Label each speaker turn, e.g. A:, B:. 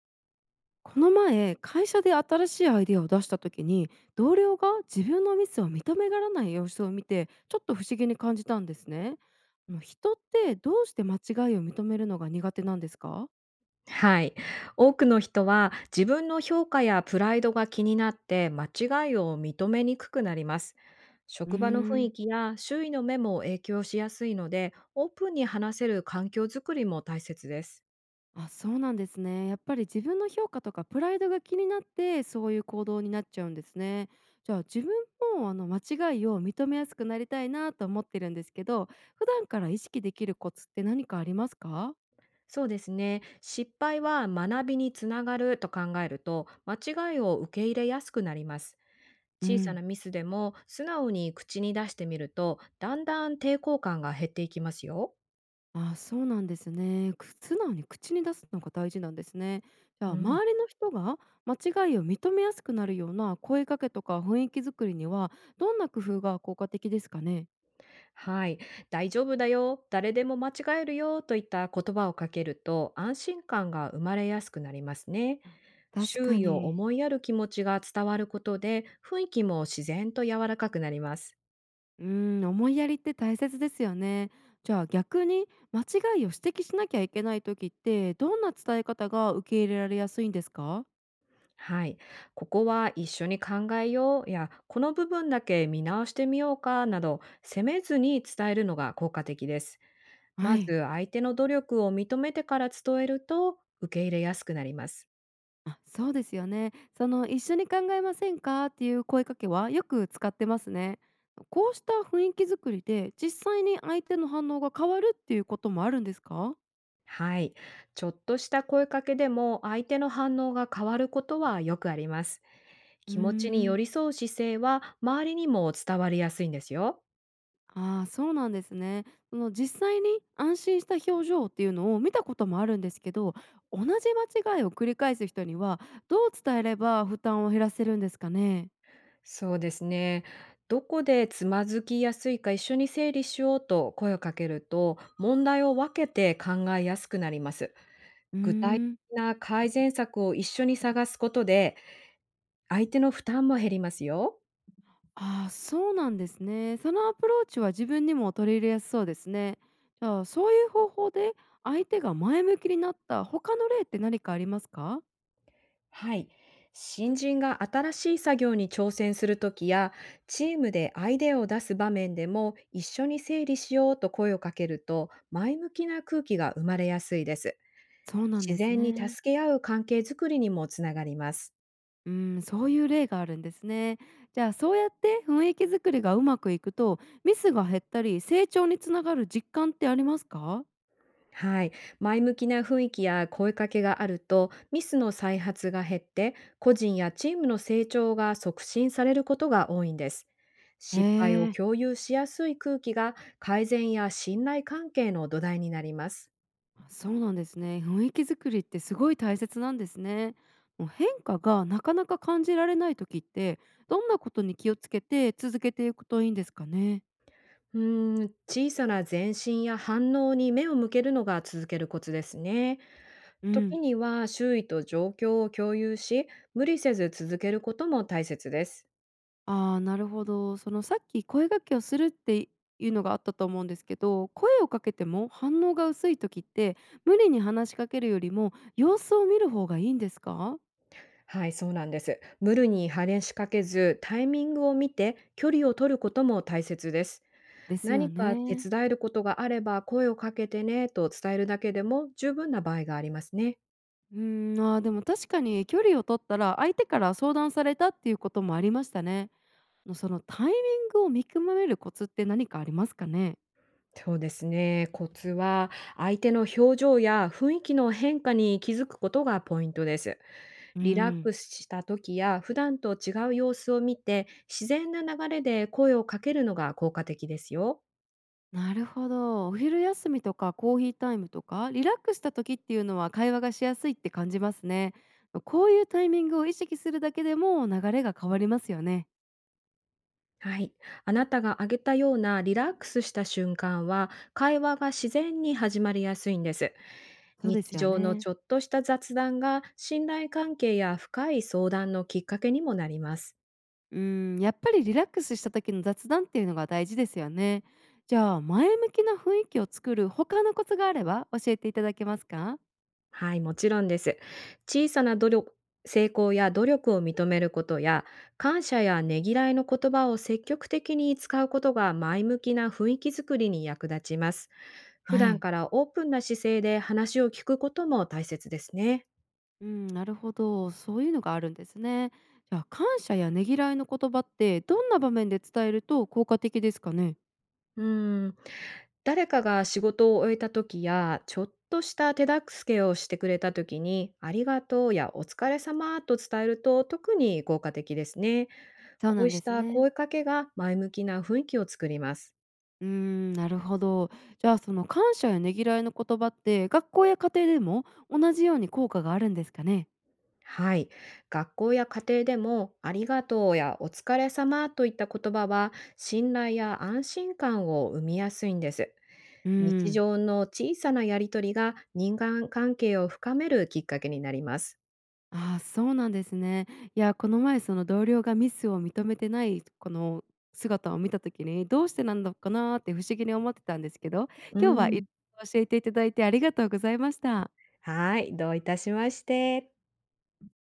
A: この前、会社で新しいアイデアを出した時に、同僚が自分のミスを認めがらない様子を見て、ちょっと不思議に感じたんですね。あの人ってどうして間違いを認めるのが苦手なんですか？
B: はい。多くの人は自分の評価やプライドが気になって間違いを認めにくくなります。
A: うー
B: 職場の雰囲
A: ん、
B: 気や周囲の目も影響しやすいので、オープンに話せる環境づくりも大切です。
A: あ、そうなんですね。やっぱり自分の評価とかプライドが気になって、そういう行動になっちゃうんですね。じゃあ自分も間違いを認めやすくなりたいなと思ってるんですけど、普段から意識できるコツって何かありますか？
B: そうですね。失敗は学びにつながると考えると、間違いを受け入れやすくなります。
A: う
B: 小さな
A: ん。
B: ミスでも素直に口に出してみると、だんだん抵抗感が減っていきますよ。
A: あ、そうなんですね。く素直に口に出すのが大事なんですね。じゃ
B: う
A: あ
B: ん。
A: 周りの人が間違いを認めやすくなるような声かけとか雰囲気作りにはどんな工夫が効果的ですかね。
B: はい、大丈夫だよ、誰でも間違えるよといった言葉をかけると安心感が生まれやすくなりますね。
A: 確
B: 周
A: か
B: 囲を
A: に。
B: 思いやる気持ちが伝わることで雰囲気も自然と柔らかくなります。
A: うーん、思いやりって大切ですよね。じゃあ逆に間違いを指摘しなきゃいけない時ってどんな伝え方が受け入れられやすいんですか？
B: はい、ここは一緒に考えようやこの部分だけ見直してみようかなど、責めずに伝えるのが効果的です。ま
A: はい。
B: ず相手の努力を認めてから伝えると受け入れやすくなります。
A: あ、そうですよね。その「一緒に考えませんか？」っていう声かけはよく使ってますね。こうした雰囲気作りで、実際に相手の反応が変わるっていうこともあるんですか？
B: はい。ちょっとした声かけでも相手の反応が変わることはよくあります。
A: うー
B: 気持ちに寄
A: ん。
B: り添う姿勢は周りにも伝わりやすいんですよ。
A: ああ、そうなんですね。その実際に安心した表情っていうのを見たこともあるんですけど、同じ間違いを繰り返す人にはどう伝えれば負担を減らせるんですかね？
B: そうですね。どこでつまずきやすいか一緒に整理しようと声をかけると、問題を分けて考えやすくなります。
A: うー
B: 具体
A: ん。
B: 的な改善策を一緒に探すことで、相手の負担も減りますよ。
A: ああ、そうなんですね。そのアプローチは自分にも取り入れやすそうですね。じゃあ、そういう方法で相手が前向きになった他の例って何かありますか？
B: はい。新人が新しい作業に挑戦するときや、チームでアイデアを出す場面でも、一緒に整理しようと声をかけると、前向きな空気が生まれやすいです。
A: そうなん
B: 自
A: です
B: 然に
A: ね。
B: 助け合う関係づくりにもつながります。
A: うん、そういう例があるんですね。じゃあ、そうやって雰囲気作りがうまくいくと、ミスが減ったり、成長につながる実感ってありますか？
B: はい、前向きな雰囲気や声かけがあるとミスの再発が減って、個人やチームの成長が促進されることが多いんです。
A: へ
B: 失敗を
A: え。
B: 共有しやすい空気が改善や信頼関係の土台になります。
A: あ、そうなんですね。雰囲気作りってすごい大切なんですね。もう変化がなかなか感じられない時ってどんなことに気をつけて続けていくといいんですかね。
B: 小さな前進や反応に目を向けるのが続けるコツですね。
A: う
B: 時
A: ん。
B: には周囲と状況を共有し、無理せず続けることも大切です。
A: ああ、なるほど。そのさっき声掛けをするっていうのがあったと思うんですけど、声をかけても反応が薄い時って無理に話しかけるよりも様子を見る方がいいんですか？
B: はい、そうなんです。無理に話しかけず、タイミングを見て距離を取ることも大切です。
A: ですよ
B: 何か手
A: ね。
B: 伝えることがあれば声をかけてねと伝えるだけでも十分な場合がありますね。
A: うーん、あー、でも確かに距離を取ったら相手から相談されたっていうこともありましたね。の、そのタイミングを見極めるコツって何かありますかね？
B: そうですね。コツは相手の表情や雰囲気の変化に気づくことがポイントです。
A: う
B: リラッ
A: ん、
B: クスした時や普段と違う様子を見て、自然な流れで声をかけるのが効果的ですよ。
A: なるほど。お昼休みとかコーヒータイムとか、リラックスした時っていうのは会話がしやすいって感じますね。ま、こういうタイミングを意識するだけでも流れが変わりますよね。
B: はい。あなたが挙げたようなリラックスした瞬間は、会話が自然に始まりやすいんです。
A: そうで
B: 日
A: すよ
B: 常の
A: ね。
B: ちょっとした雑談が信頼関係や深い相談のきっかけにもなります。
A: うん、やっぱりリラックスした時の雑談っていうのが大事ですよね。じゃあ前向きな雰囲気を作る他のコツがあれば教えていただけますか？
B: はい、もちろんです。小さな努力、成功や努力を認めることや、感謝やねぎらいの言葉を積極的に使うことが前向きな雰囲気づくりに役立ちます。普
A: は
B: 段
A: い。
B: からオープンな姿勢で話を聞くことも大切ですね。
A: うん、なるほど。そういうのがあるんですね。じゃあ、感謝やねぎらいの言葉って、どんな場面で伝えると効果的ですかね？
B: うーん、誰かが仕事を終えた時や、ちょっとした手助けをしてくれた時に、ありがとうやお疲れ様と伝えると特に効果的ですね。
A: そう
B: こ
A: な
B: う
A: ん
B: し
A: です
B: た
A: ね。
B: 声かけが前向きな雰囲気を作ります。
A: うーん、なるほど。じゃあ、その感謝やねぎらいの言葉って、学校や家庭でも同じように効果があるんですかね？
B: はい。学校や家庭でも、ありがとうやお疲れ様といった言葉は、信頼や安心感を生みやすいんです。
A: う
B: 日
A: ん。
B: 常の小さなやりとりが人間関係を深めるきっかけになります。
A: ああ、そうなんですね。いや、この前その同僚がミスを認めてない、この姿を見た時に、どうしてなんのかなーって不思議に思ってたんですけど、
B: う
A: 今日はいろい
B: ん。
A: ろ教えていただいてありがとうございました。
B: はい、どういたしまして。